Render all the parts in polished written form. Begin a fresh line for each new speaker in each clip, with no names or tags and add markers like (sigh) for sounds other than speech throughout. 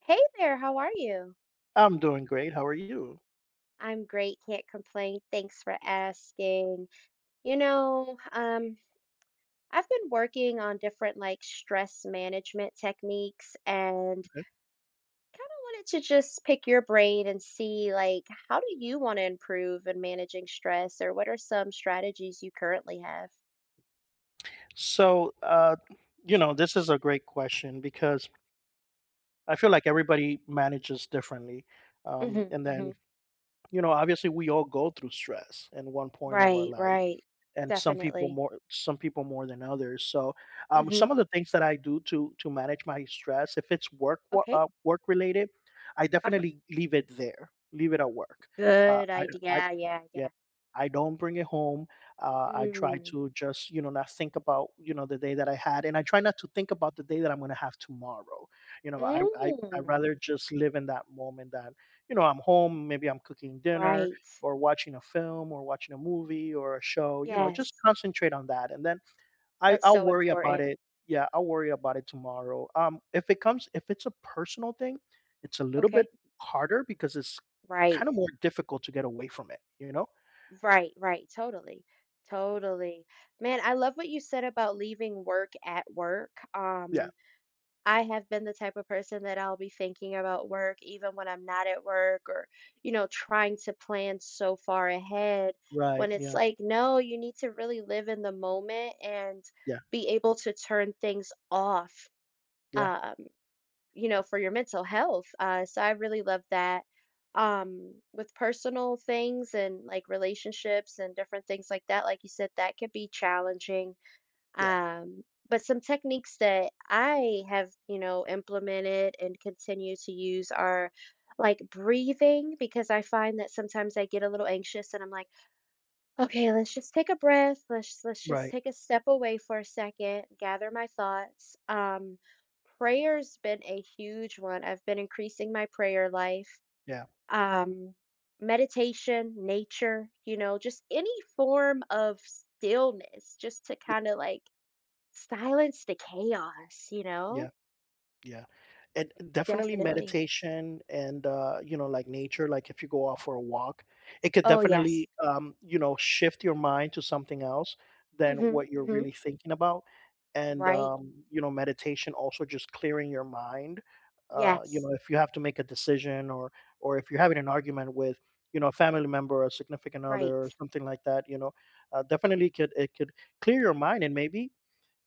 Hey there, how are you?
I'm doing great. How are you?
I'm great, can't complain. Thanks for asking. You know, um, I've been working on different like stress management techniques and
Okay.
kind of wanted to just pick your brain and see like how do you want to improve in managing stress or what are some strategies you currently have?
So, you know, this is a great question because I feel like everybody manages differently. Um,
Hmm.
and then,
Hmm.
you know, obviously we all go through stress in one point of our
Right,
lives.
right.
And
Definitely.
some people more than others. So,
Hmm.
some of the things that I do to manage my stress, if it's
Okay.
work related, I
Uh-huh.
definitely leave it there, leave it at work. Uh,
Good
I I
idea. Yeah,
yeah,
yeah.
I don't bring it home. I try
Mm.
to just, you know, not think about, you know, the day that I had, and I try not to think about the day that I'm going to have tomorrow. You know, I
Mm.
rather just live in that moment that, you know, I'm home, maybe I'm cooking dinner
Right.
or watching a film or watching a movie or a show, you know, just
Yes,
concentrate on that. And then I,
that's
I'll
so
worry about
important.
it. Yeah, I'll worry about it tomorrow. If it comes, if it's a personal thing, it's a little bit
Okay.
harder because it's kind
Right.
of more difficult to get away from it, you know?
Right, right. Totally. Totally. Man, I love what you said about leaving work at work.
Yeah.
I have been the type of person that I'll be thinking about work even when I'm not at work or, you know, trying to plan so far ahead
Right.
when it's
Yeah.
like, no, you need to really live in the moment and
Yeah.
be able to turn things off.
Yeah.
Um, you know, for your mental health. So I really love that. With personal things and like relationships and different things like that, like you said, that could be challenging.
Yeah.
Um, but some techniques that I have, you know, implemented and continue to use are like breathing because I find that sometimes I get a little anxious and I'm like, okay, let's just take a breath. Let's just
Right.
take a step away for a second, gather my thoughts. Prayer's been a huge one. I've been increasing my prayer life.
Yeah.
Um, Meditation, nature, you know, just any form of stillness, just to
Yeah.
kind of like silence the chaos, you know?
Yeah. Yeah. And definitely
Definitely.
meditation and, you know, like nature, like if you go out for a walk, it could
Oh, yes.
definitely, you know, shift your mind to something else than
Mm-hmm.
what you're
Mm-hmm.
really thinking about. And,
Right.
you know, meditation also just clearing your mind. You
Yes.
know, if you have to make a decision, or if you're having an argument with, you know, a family member, a significant other,
Right.
or something like that, you know, definitely could, it could clear your mind, and maybe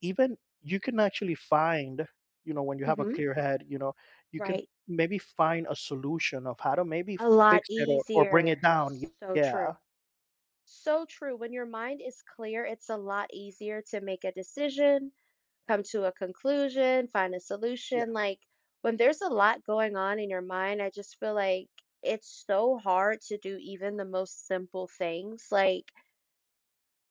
even you can actually find, you know, when you have a
Mm-hmm.
clear head, you know, you can
Right.
maybe find a solution of how to maybe
A lot
fix it, or bring it
easier.
down.
So
Yeah.
true. So true. When your mind is clear, it's a lot easier to make a decision, come to a conclusion, find a
Yeah.
solution. Like when there's a lot going on in your mind, I just feel like it's so hard to do even the most simple things. Like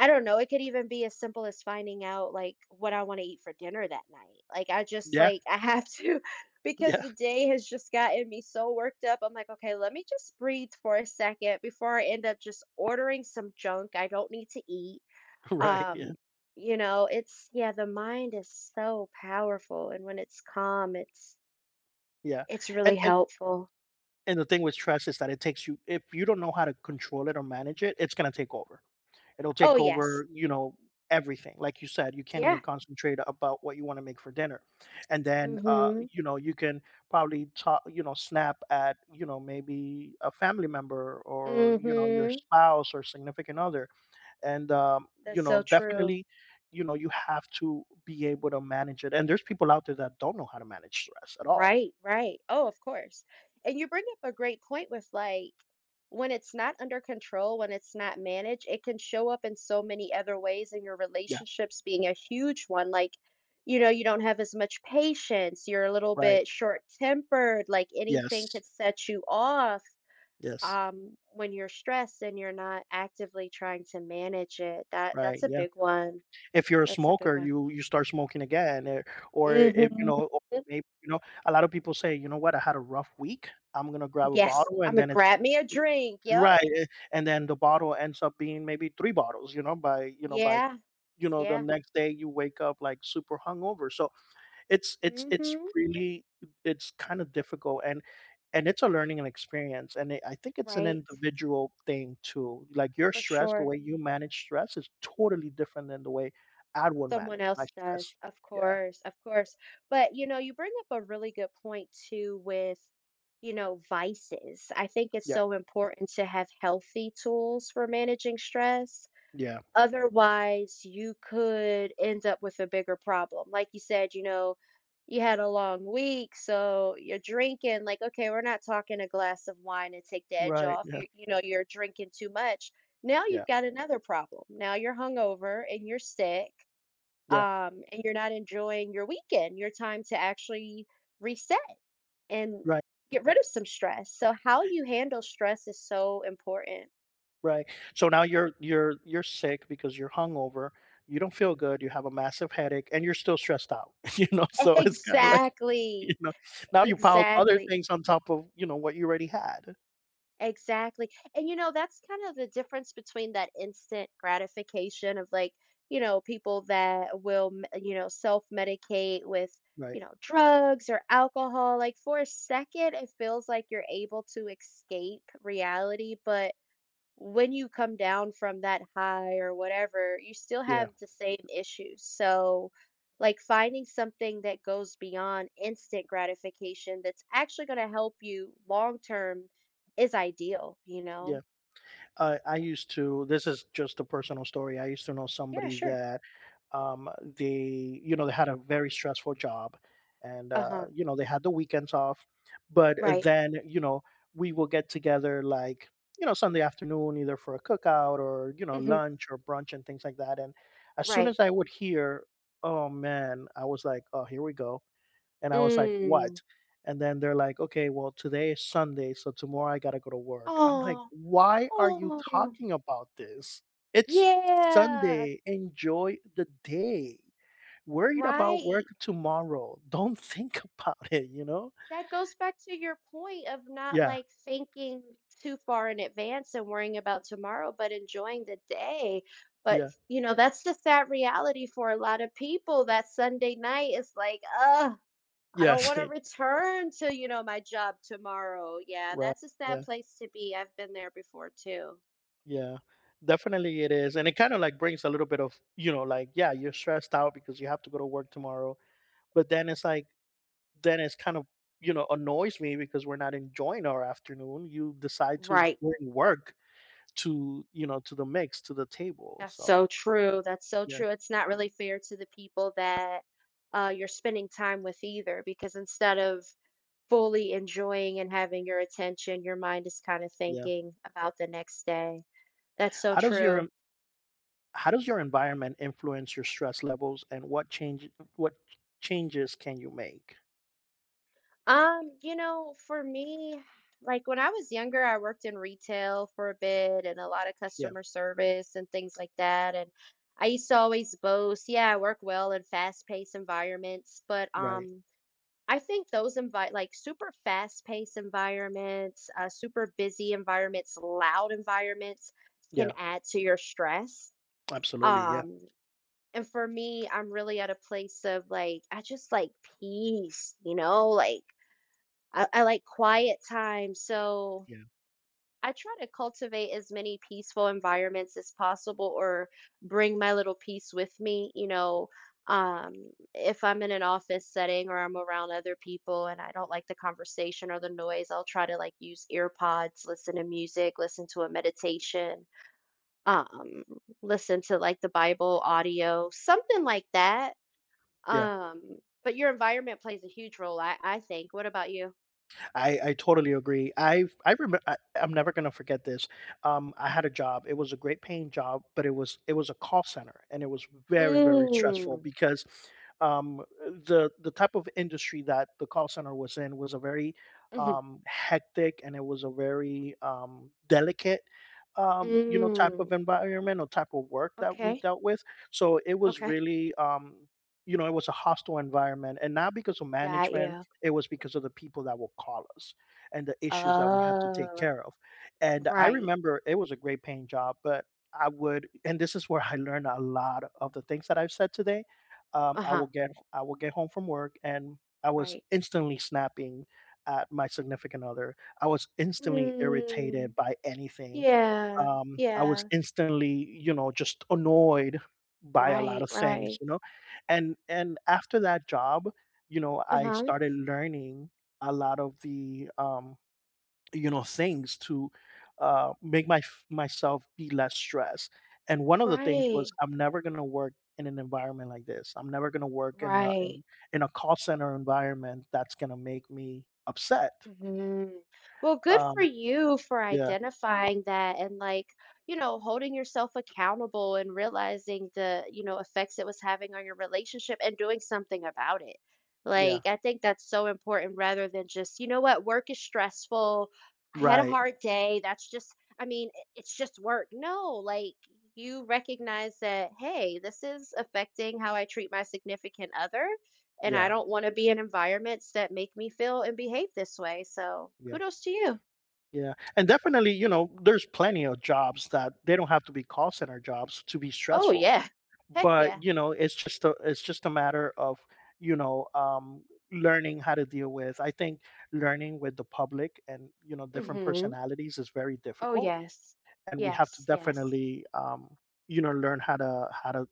I don't know, it could even be as simple as finding out, like, what I wanna eat for dinner that night. Like, I just,
Yeah.
like (laughs) I have to (laughs) because
Yeah.
the day has just gotten me so worked up, I'm like, "Okay, let me just breathe for a second before I end up just ordering some junk I don't need to eat."
(laughs) Right. Yeah.
Um, it's Yeah, the mind is so powerful, and when it's calm, it's
Yeah.
it's
and
really
and
helpful.
and the thing with stress is that it takes you. If you don't know how to control it or manage it, it's going to take over. It'll
Oh,
take
yes.
over, you know, everything. Like you said, you can't
Yeah.
even concentrate about what you want to make for dinner. And then,
Mhm.
you know, you can probably talk, you know, snap at, you know, maybe a family member, or, you know, your
Mhm.
spouse or significant other. And, you
That's
know,
so true.
definitely, you know, you have to be able to manage it. And there's people out there that don't know how to manage stress at all.
Right, right. Oh, of course. And you bring up a great point with like when it's not under control, when it's not managed, it can show up in so many other ways, and your
Yeah.
relationships being a huge one. Like, you know, you don't have as much patience, you're a little
Right.
bit short-tempered, like anything
Yes.
could set you off
Yes.
when you're stressed and you're not actively trying to manage it. That
Right.
that's a
Yeah.
big one.
If you're a
That's a big
smoker,
one.
you start smoking again, or if you
Mhm.
know, or maybe, you know, a lot of people say, you know what, I had a rough week. I'm gonna grab a
Yes,
bottle,
I'm
and
gonna
then it's
grab me a drink.
(laughs)
Yep.
right, and then the bottle ends up being maybe 3 bottles, you know, by, you know, by,
Yeah,
you know, the
yeah.
next day you wake up like super hungover. So it's it's
Mm.
it's
Mhm.
really, it's kind of difficult, and it's a learning and experience. And I think it's an
Right.
individual thing too. Like your
For
stress, the
sure.
way you manage stress is totally different than the way I would
Someone
manage my
else
stress.
does. Of
Yeah.
course, of course. But, you know, you bring up a really good point too with, you know, vices. I think it's
Yeah.
so important to have healthy tools for managing stress.
Yeah.
Otherwise, you could end up with a bigger problem. Like you said, you know, you had a long week, so you're drinking. Like, okay, we're not talking a glass of wine to take the edge
Right.
off.
Yeah.
You know, you're drinking too much. Now
Yeah.
you've got another problem. Now you're hungover and you're sick,
Yeah.
and you're not enjoying your weekend, your time to actually reset and
Right.
get rid of some stress. So, how you handle stress is so important.
Right. So now you're sick because you're hungover. You don't feel good. You have a massive headache, and you're still stressed out. (laughs) You know,
(laughs)
so it's kind of like, (laughs) you
Exactly.
know, now you piled other
Exactly.
things on top of, you know, what you already had.
Exactly. And you know, that's kind of the difference between that instant gratification of like, you know, people that will, self-medicate with,
Right.
drugs or alcohol. Like for a second, it feels like you're able to escape reality, but when you come down from that high or whatever, you still
Yeah.
have the same issues. So, like finding something that goes beyond instant gratification that's actually going to help you long term is ideal, you
Yeah.
know?
I used to. This is just a personal story. I used to know
Yeah,
somebody
sure.
that, they, you know, they had a very stressful job, and,
Uh huh.
you know, they had the weekends off, but,
Right.
then, you know, we will get together like, you know, Sunday afternoon either for a cookout or, you know,
Hmm.
lunch or brunch and things like that. And as soon
Right.
as I would hear, oh man, I was like, oh, here we go. And I was like,
Mm.
"What?" And then they're like, "Okay, well, today is Sunday, so tomorrow I gotta go to work." I'm like,
Oh,
"Why are you
oh,
talking about this? It's
yeah.
Sunday. Enjoy the day. Worried about
Right.
work tomorrow. Don't (laughs) think about it, you know?"
That goes back to your point of not
Yeah,
like thinking too far in advance and worrying about tomorrow, but enjoying the day. But
yeah,
you know, that's the sad reality for a lot of people. That Sunday night is like, ugh, I don't
yes,
want to
(laughs)
return to, you know, my job tomorrow. Yeah,
right,
that's a sad
yeah,
place to be. I've been there before too.
yeah. Definitely it is, and it kinda, like, brings a little bit of, you know, like, yeah, you're stressed out because you have to go to work tomorrow, but then it's like, then it's kind of, you know, annoys me, because we're not enjoying our afternoon. You decide to
Right.
bring work to, you know, to the mix, to the table,
That's
so
so true. That's so
yeah.
true. It's not really fair to the people that you're spending time with either, because instead of fully enjoying and having your attention, your mind is kinda
Yeah.
thinking about the next day. That's so
how does your
true.
en- how does your environment influence your stress levels, and what what changes can you make?
You know, for me, like, when I was younger, I worked in retail for a bit and a lot of
Yeah.
customer service and things like that, and I used to always boast, "Yeah, I work well in fast-paced environments," but,
Right.
I think those invite like, super fast-paced environments, super busy environments, loud environments can
Yeah.
add to your stress.
Absolutely. Yeah.
Um. And for me, I'm really at a place of like, I just like peace, you know, like I like quiet time. So
Yeah.
I try to cultivate as many peaceful environments as possible or bring my little piece with me, you know. Um, if I'm in an office setting or I'm around other people and I don't like the conversation or the noise, I'll try to like use ear pods, listen to music, listen to a meditation, um, listen to like the Bible audio, something like that
Yeah.
um, but your environment plays a huge role, I think. What about you?
I totally agree. I remember, I'm never gonna forget this. I had a job. It was a great paying job, but it was a call center, and it was very, very stressful
Mm.
because, the type of industry that the call center was in was a very,
Mhm.
hectic, and it was a very, delicate, you know, type
Mm.
of environment or type of work that we
Okay.
dealt with. So it was
Okay.
really, you know, it was a hostile environment, and not because of
Got
management,
you.
it was because of the people that will call us and the issues that we had to take
Oh,
care of. And I
right.
remember it was a great paying job, but I would, and this is where I learned a lot of the things that I've said today. I
Uh-huh.
will get I will get home from work, and I was
Right.
instantly snapping at my significant other. I was instantly irritated
Mm.
by anything,
Yeah.
I was
Yeah.
instantly, you know, just annoyed by a lot
Right.
of things,
Right.
you know? And after that job, you know, I
Uh-huh.
started learning a lot of the, you know, things to make myself be less stressed. And one of the things was,
Right.
I'm never going to work in an environment like this. I'm never going to work in a,
Right.
in in a call center environment that's going to make me upset.
Mhm. Well, good for
Um
you for
yeah,
identifying that and like, you know, holding yourself accountable and realizing the, you know, effects it was having on your relationship and doing something about it.
yeah.
Like, I think that's so important rather than just, you know what, work is stressful. I had a
Right.
hard day. That's just, I mean, it's just work. No, like you recognize that, hey, this is affecting how I treat my significant other and I
Yeah.
don't want to be in environments that make me feel and behave this way. So
Yeah.
kudos to you.
Yeah, and definitely, you know, there's plenty of jobs that they don't have to be call center jobs to be
Oh
stressful.
yeah. Heck yeah.
But, you know, it's just a matter of, you know, learning how to deal with. I think learning with the public and, you know, different
Hmm.
personalities is very
Oh
difficult,
yes.
and we have to
Yes, yes.
definitely, you know, learn how to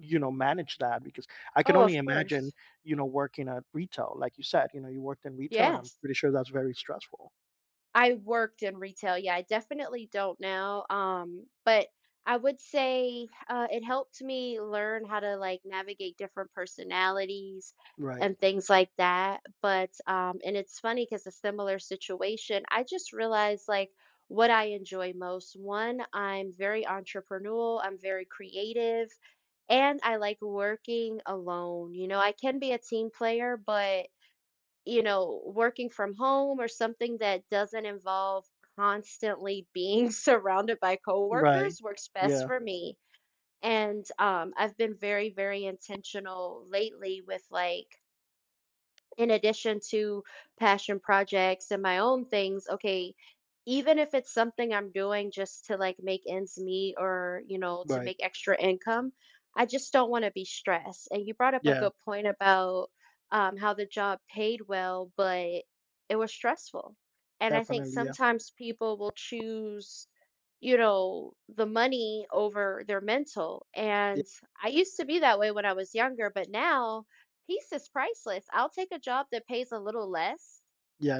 you know manage that, because I can
Oh,
only
of
imagine,
course.
you know, working at retail, like you said, you know, you worked in retail, and I'm
Yes.
pretty sure that's very stressful.
I worked in retail. Yeah, I definitely don't now. But I would say it helped me learn how to like navigate different personalities
Right.
and things like that. But and it's funny because a similar situation, I just realized like what I enjoy most. One, I'm very entrepreneurial. I'm very creative and I like working alone. You know, I can be a team player, but you know, working from home or something that doesn't involve constantly being (laughs) surrounded by
Right.
coworkers works best
Yeah.
for me. And I've been very, very intentional lately with like in addition to passion projects and my own things, okay, even if it's something I'm doing just to like make ends meet or, you know, to
Right.
make extra income, I just don't want to be stressed. And you brought up a
Yeah,
good point about how the job paid well, but it was stressful. And I think
definitely, yeah.
sometimes people will choose, you know, the money over their mental.
Ye
And I used to be that way when I was younger, but now, peace is priceless. I'll take a job that pays a little less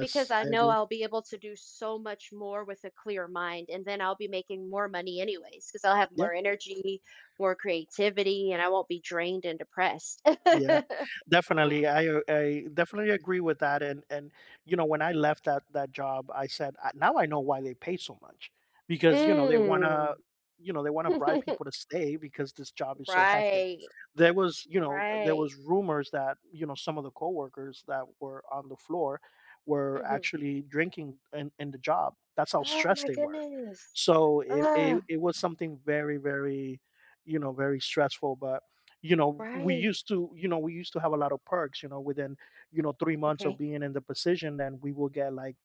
because I
I
know
agree.
I'll be able to do so much more with a clear mind. And then I'll be making more money, anyways, because I'll have
Yeah.
more energy, more creativity, and I won't be drained and depressed. (laughs)
Yeah, definitely. I definitely agree with that. And you know, when I left that job, I said, Now I know why they pay so much, because, you know, they wanna,
Mm.
you know, they want to bribe
(laughs)
people to stay because this job is so hectic.
Right,
There was, you know, there
right.
was rumors that, you know, some of the coworkers that were on the floor were
Hmm.
actually drinking in the job. That's how
Oh,
stressed
my
they were."
goodness.
So it, it
Ah,
it was something very, very, you know, very stressful. But, you know, we
right.
used to, have a lot of perks, you know, within, 3 months of
Okay.
being in the position. Then we will get like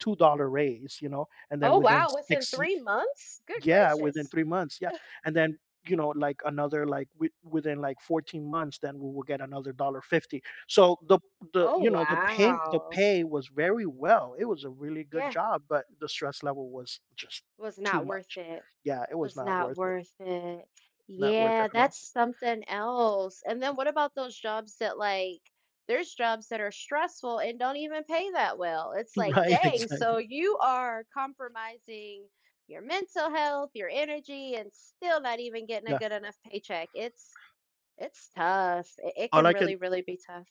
$2 raise, you know. And then
Oh,
within
wow. Within 3 months? Good
yeah, within
gracious.
3 months, yeah. And then, you know, like another, like, within like 14 months, then we will get another dollar 50. So the
Oh,
you know, the pay the
wow.
pay was very well. It was a really good
Yeah.
job, but the stress level was just
Was
too
not worth
much.
it,
Yeah. It was
was
not
not
worth it.
worth it.
Not worth it
Yeah,
at all.
that's something else, and then what about those jobs that, like there's jobs that are stressful and don't even pay that well, it's
(laughs)
like,
Right,
"Dang,
exactly.
so you are compromising your mental health, your energy, and still not even getting a
Yeah.
good enough paycheck." It's tough, it
All
can
I can
really, really be tough.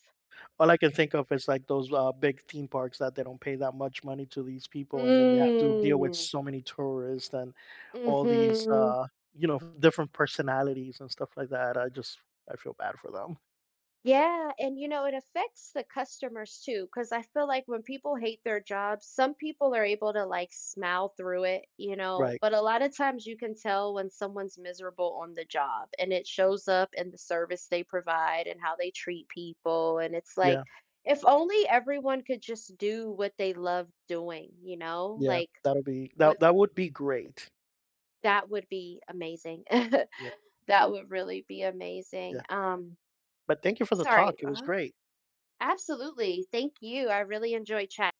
all I can think of is like those, big theme parks that they don't pay that much money to these people, and then they have to deal with
Mm,
so many tourists and all these,
mhm.
you know, different personalities and stuff like that. I feel bad for them.
Yeah, and you know, it affects the customers too, because I feel like when people hate their jobs, some people are able to like smile through it, you know,
Right.
but a lot of times you can tell when someone's miserable on the job and it shows up in the service they provide and how they treat people. And it's like,
Yeah.
if only everyone could just do what they love doing, you know,
Yeah.
like
That'll be that.
what
That would be great.
that would be amazing. (laughs)
Yeah.
That would really be amazing.
Yeah. But thank you for the
Sorry.
talk. It was
Uh-huh.
great.
Absolutely. Thank you. I really enjoyed chatting.